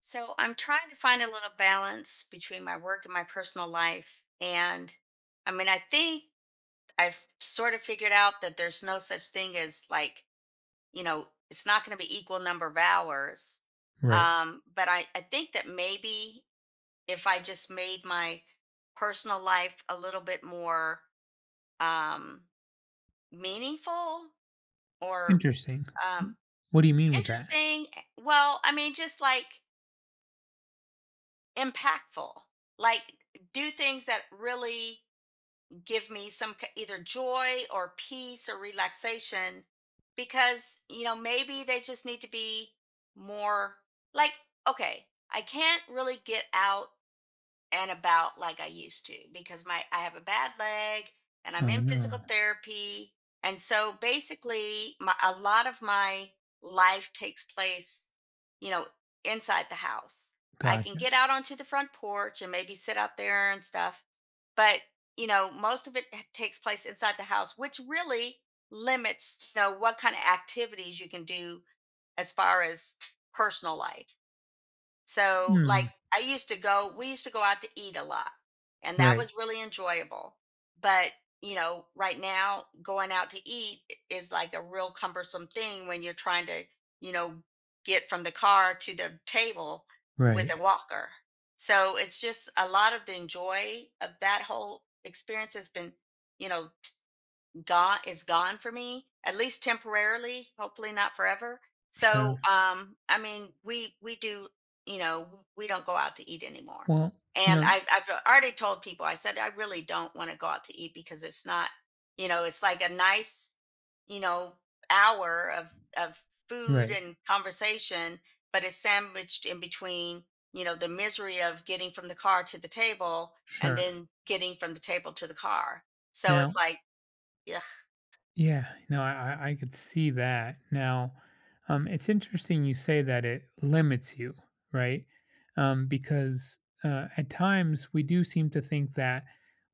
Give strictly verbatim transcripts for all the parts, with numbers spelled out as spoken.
So I'm trying to find a little balance between my work and my personal life. And I mean, I think I've sort of figured out that there's no such thing as like, you know, it's not going to be equal number of hours. Right. Um, but I, I think that maybe if I just made my personal life a little bit more um, meaningful or Interesting. um, what do you mean with that? interesting. Eh, well, I mean, just like impactful, like do things that really give me some k- either joy or peace or relaxation, because you know maybe they just need to be more like okay. I can't really get out and about like I used to because my I have a bad leg and I'm Oh, in no. physical therapy. And so basically my a lot of my life takes place, you know, inside the house. I can get Gotcha. out onto the front porch and maybe sit out there and stuff, but you know, most of it h- takes place inside the house, which really limits you know what kind of activities you can do as far as personal life. So, Hmm. like, I used to go, we used to go out to eat a lot, and that Right. was really enjoyable. But, you know, right now, going out to eat i- is like a real cumbersome thing when you're trying to, you know, get from the car to the table with a Right. walker. So, it's just a lot of the enjoy of that whole experience has been, you know, gone is gone for me, at least temporarily, hopefully not forever. So, Sure. um, I mean, we we do, you know, we don't go out to eat anymore. Well, you And know. I, I've already told people. I said I really don't want to go out to eat because it's not, you know, it's like a nice, you know, hour of of food Right. and conversation, but it's sandwiched in between, you know, the misery of getting from the car to the table and Sure. then getting from the table to the car. So it's Now. like, ugh. Yeah. No, I I I could see that. Now, um, it's interesting you say that it limits you, right? Um, because, uh, at times, we do seem to think that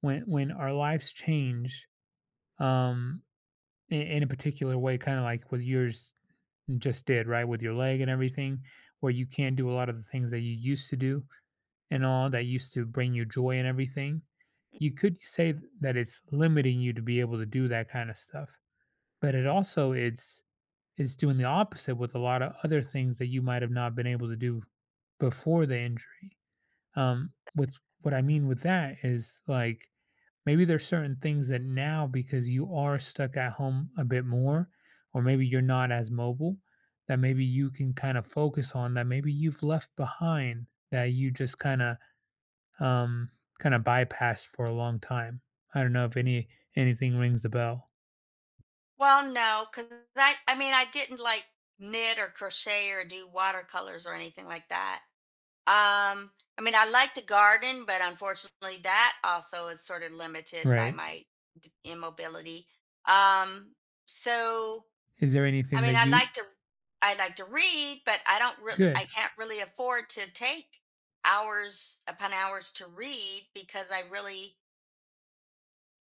when when our lives change, um, in in a particular way, kinda like with yours just did, right? With your leg and everything, where you can't do a lot of the things that you used to do and all that used to bring you joy and everything. You could say th- that it's limiting you to be able to do that kind of stuff. But it also it's it's doing the opposite with a lot of other things that you might have not been able to do before the injury. Um what's what I mean with that is like, maybe there's certain things that now because you are stuck at home a bit more, or maybe you're not as mobile, that maybe you can kind of focus on that maybe you've left behind that you just kind of um kind of bypassed for a long time. I don't know if any anything rings a bell. Well, no, because I I mean, I didn't like knit or crochet or do watercolors or anything like that. Um, I mean, I like to garden, but unfortunately that also is sort of limited by Right. my d- immobility. Um, so Is there I anything mean, that I you like to I like to read, but I don't really I good? can't really afford to take hours upon hours to read because I really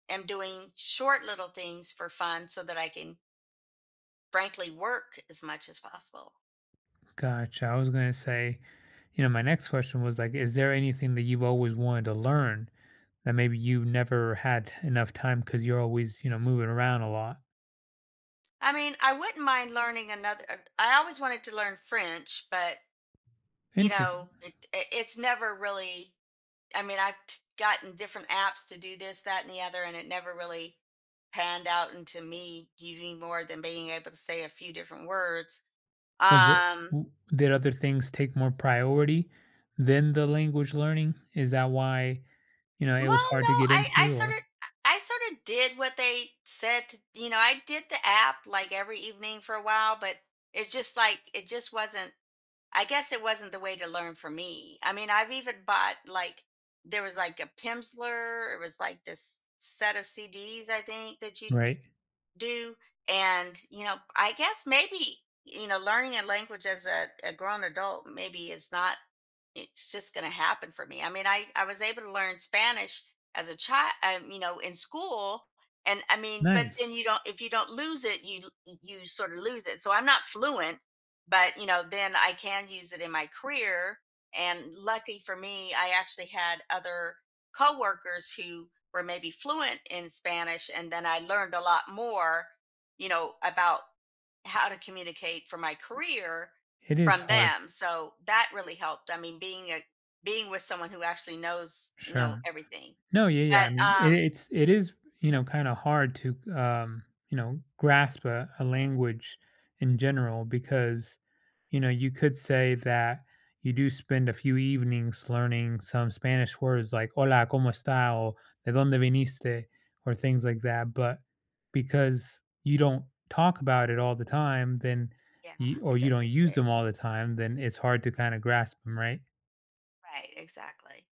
am doing short little things for fun so that I can frankly work as much as possible. Gotcha. I was going to say, you know, my next question was like, is there anything that you've always wanted to learn that maybe you never had enough time because you're always, you know, moving around a lot? I mean, I wouldn't mind learning another. uh, I always wanted to learn French, but you Interesting. know, it, it's never really. I mean, I've gotten different apps to do this, that, and the other, and it never really panned out into me doing more than being able to say a few different words. Was it, Um, w- did other things take more priority than the language learning? Is that why, you know, well, it no, was hard to get I, I into sort or? of, I sort of did what they said to, you know, I did the app like every evening for a while, but it's just like, it just wasn't I guess it wasn't the way to learn for me. I mean, I've even bought like there was like a Pimsleur, it was like this set of C Ds I think that you Right. do. And you know, I guess maybe you know, learning a language as a, a grown adult maybe is not it's just going to happen for me. I mean, I I was able to learn Spanish as a child, um, you know, in school, and I mean, but Nice. then you don't. If you don't lose it, you you sort of lose it. So I'm not fluent, but you know, then I can use it in my career. And lucky for me, I actually had other coworkers who were maybe fluent in Spanish, and then I learned a lot more, you know, about how to communicate for my career It is from hard. them. So that really helped. I mean, being a being with someone who actually knows, you know, Sure. everything. No, yeah, yeah. But I mean, it, um it's it is you know kind of hard to um, you know grasp a, a language in general because you know you could say that you do spend a few evenings learning some Spanish words like "Hola, cómo está?" or "De dónde viniste?" or things like that. But because you don't talk about it all the time, then Yeah, you, or it you don't doesn't use stick. them all the time, then it's hard to kind of grasp them, right? Right, exactly.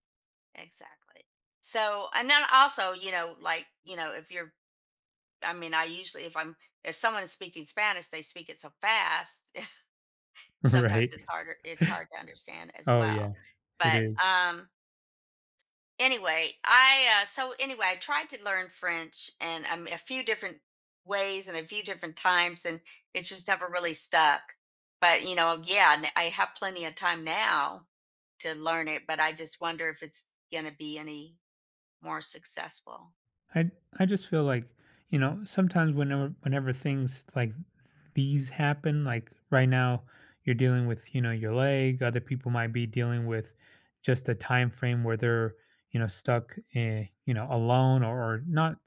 Exactly. So and then also, you know, like, you know, if you're I mean, I usually if I'm if someone is speaking Spanish, they speak it so fast. Sometimes Right. it's harder it's hard to understand as Oh well. yeah, it But is. um Anyway, I uh, so anyway, I tried to learn French and um, a few different ways and a few different times, and it just never really stuck. But you know, yeah, n- I have plenty of time now to learn it, but I just wonder if it's going to be any more successful. I I just feel like, you know, sometimes whenever whenever things like these happen, like right now you're dealing with, you know, your leg, other people might be dealing with just a time frame where they're, you know, stuck eh, you know, alone or, or not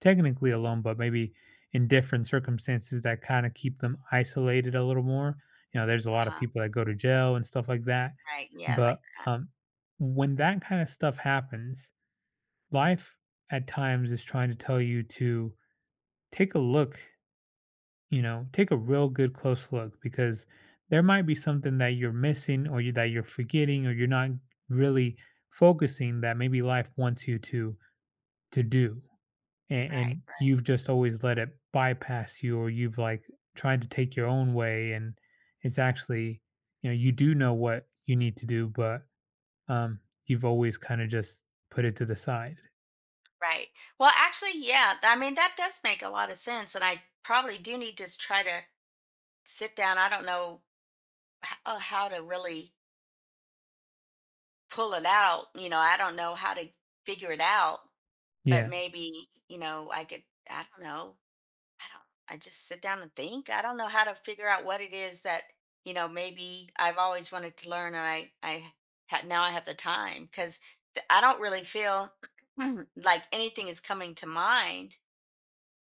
technically alone, but maybe in different circumstances that kind of keep them isolated a little more. You know, there's a Uh lot of huh. people that go to jail and stuff like that. Right. Yeah, like But that. um when that kind of stuff happens, life at times is trying to tell you to take a look, you know, take a real good close look because there might be something that you're missing or you, that you're forgetting or you're not really focusing that maybe life wants you to to do and, Right. and Right. you've just always let it bypass you or you've like tried to take your own way and it's actually you know you do know what you need to do but um you've always kind of just put it to the side. Right. Well, actually, yeah. th- I mean, that does make a lot of sense, and I probably do need to s- try to sit down. I don't know h- uh, how to really pull it out, you know, I don't know how to figure it out, but Yeah. maybe, you know, I could, I don't know. I don't, I just sit down and think. I don't know how to figure out what it is that, you know, maybe I've always wanted to learn, and I, I, ha- now I have the time because I don't really feel like anything is coming to mind.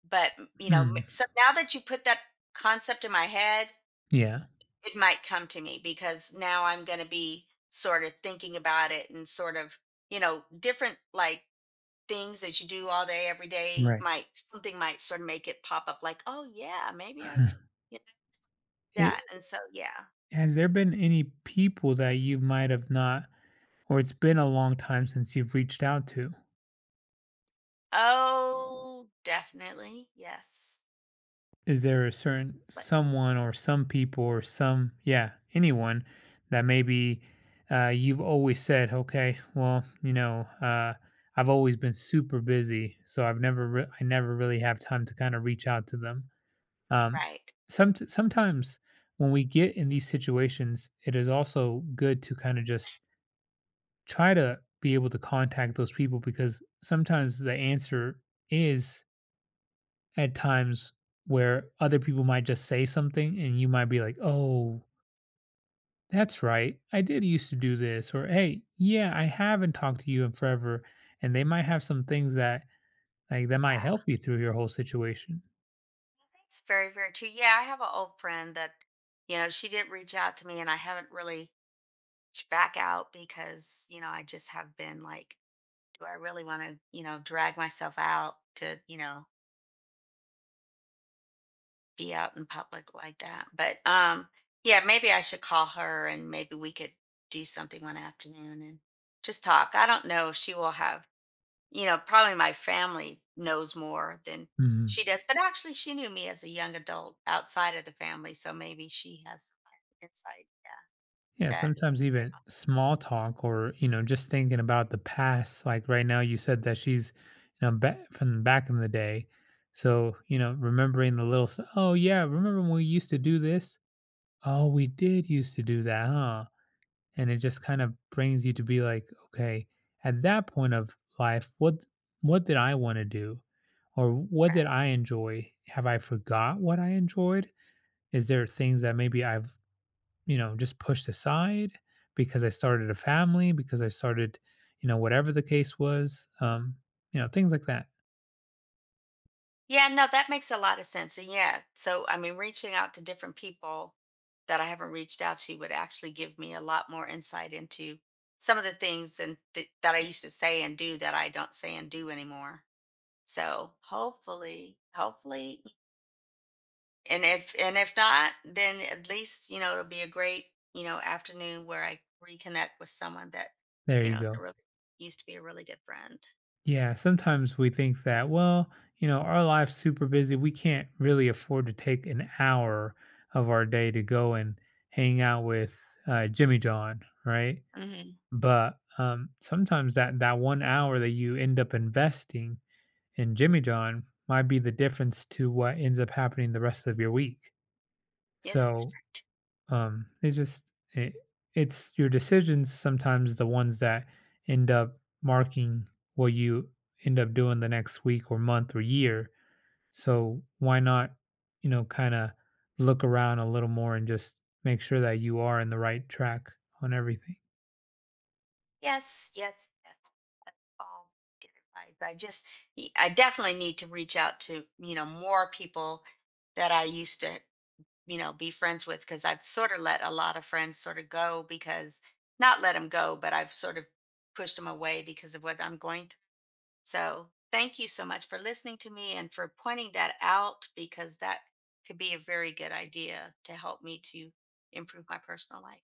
But, you know, m- Hmm. so now that you put that concept in my head, Yeah. it might come to me because now I'm going to be sort of thinking about it and sort of, you know, different like things that you do all day, every day Right. might, something might sort of make it pop up like, oh, yeah, maybe I, yeah, It that. And so, yeah. Has there been any people that you might have not or it's been a long time since you've reached out to? Oh, definitely. Yes. Is there a certain Like, someone or some people or some yeah, anyone that maybe, uh, you've always said, "Okay, well, you know, uh, I've always been super busy, so I've never re I never really have time to kinda reach out to them." Um, right. somet sometimes when we get in these situations, it is also good to kinda just try to be able to contact those people because sometimes the answer is at times where other people might just say something and you might be like, oh, that's right. I did used to do this. Or, hey, yeah, I haven't talked to you in forever. And they might have some things that like that might help Yeah. you through your whole situation. It's very, very true. Yeah. I have an old friend that, you know, she did reach out to me and I haven't really reached back out because, you know, I just have been like, do I really want to, you know, drag myself out to, you know, be out in public like that? But um Yeah, maybe I should call her and maybe we could do something one afternoon and just talk. I don't know if she will have, you know, probably my family knows more than she Mhm. does, but actually she knew me as a young adult outside of the family, so maybe she has insight, yeah, Yeah, that sometimes they even small talk or, you know, just thinking about the past. Like right now, you said that she's, you know, back from back in the day. So, you know, remembering the little, st- oh, yeah, remember when we used to do this? Oh, we did used to do that, huh? And it just kind of brings you to be like, okay, at that point of life, what what did I want to do? Or what did don't. I enjoy? Have I forgot what I enjoyed? Is there things that maybe I've you know, just pushed aside because I started a family, because I started, you know, whatever the case was, um, you know, things like that. Yeah, no, that makes a lot of sense. And yeah, so I mean, reaching out to different people that I haven't reached out to would actually give me a lot more insight into some of the things and th- that I used to say and do that I don't say and do anymore. So hopefully, hopefully, and if and if not, then at least you know it'll be a great you know afternoon where I reconnect with someone that There you you know is go. a really used to be a really good friend. Yeah, sometimes we think that, well, you know, our life's super busy. We can't really afford to take an hour of our day to go and hang out with uh, Jimmy John, right? Hmm. But um, sometimes that that one hour that you end up investing in Jimmy John might be the difference to what ends up happening the rest of your week. Yeah. So, Um, it just it, it's your decisions sometimes the ones that end up marking what you end up doing the next week or month or year. So why not, you know, kind of look around a little more and just make sure that you are in the right track on everything. Yes, yes, yes. All good advice. I just, y- I definitely need to reach out to, you know, more people that I used to, you know, be friends with because I've sort of let a lot of friends sort of go because not let them go, but I've sort of pushed them away because of what I'm going through. So thank you so much for listening to me and for pointing that out because that could be a very good idea to help me to improve my personal life.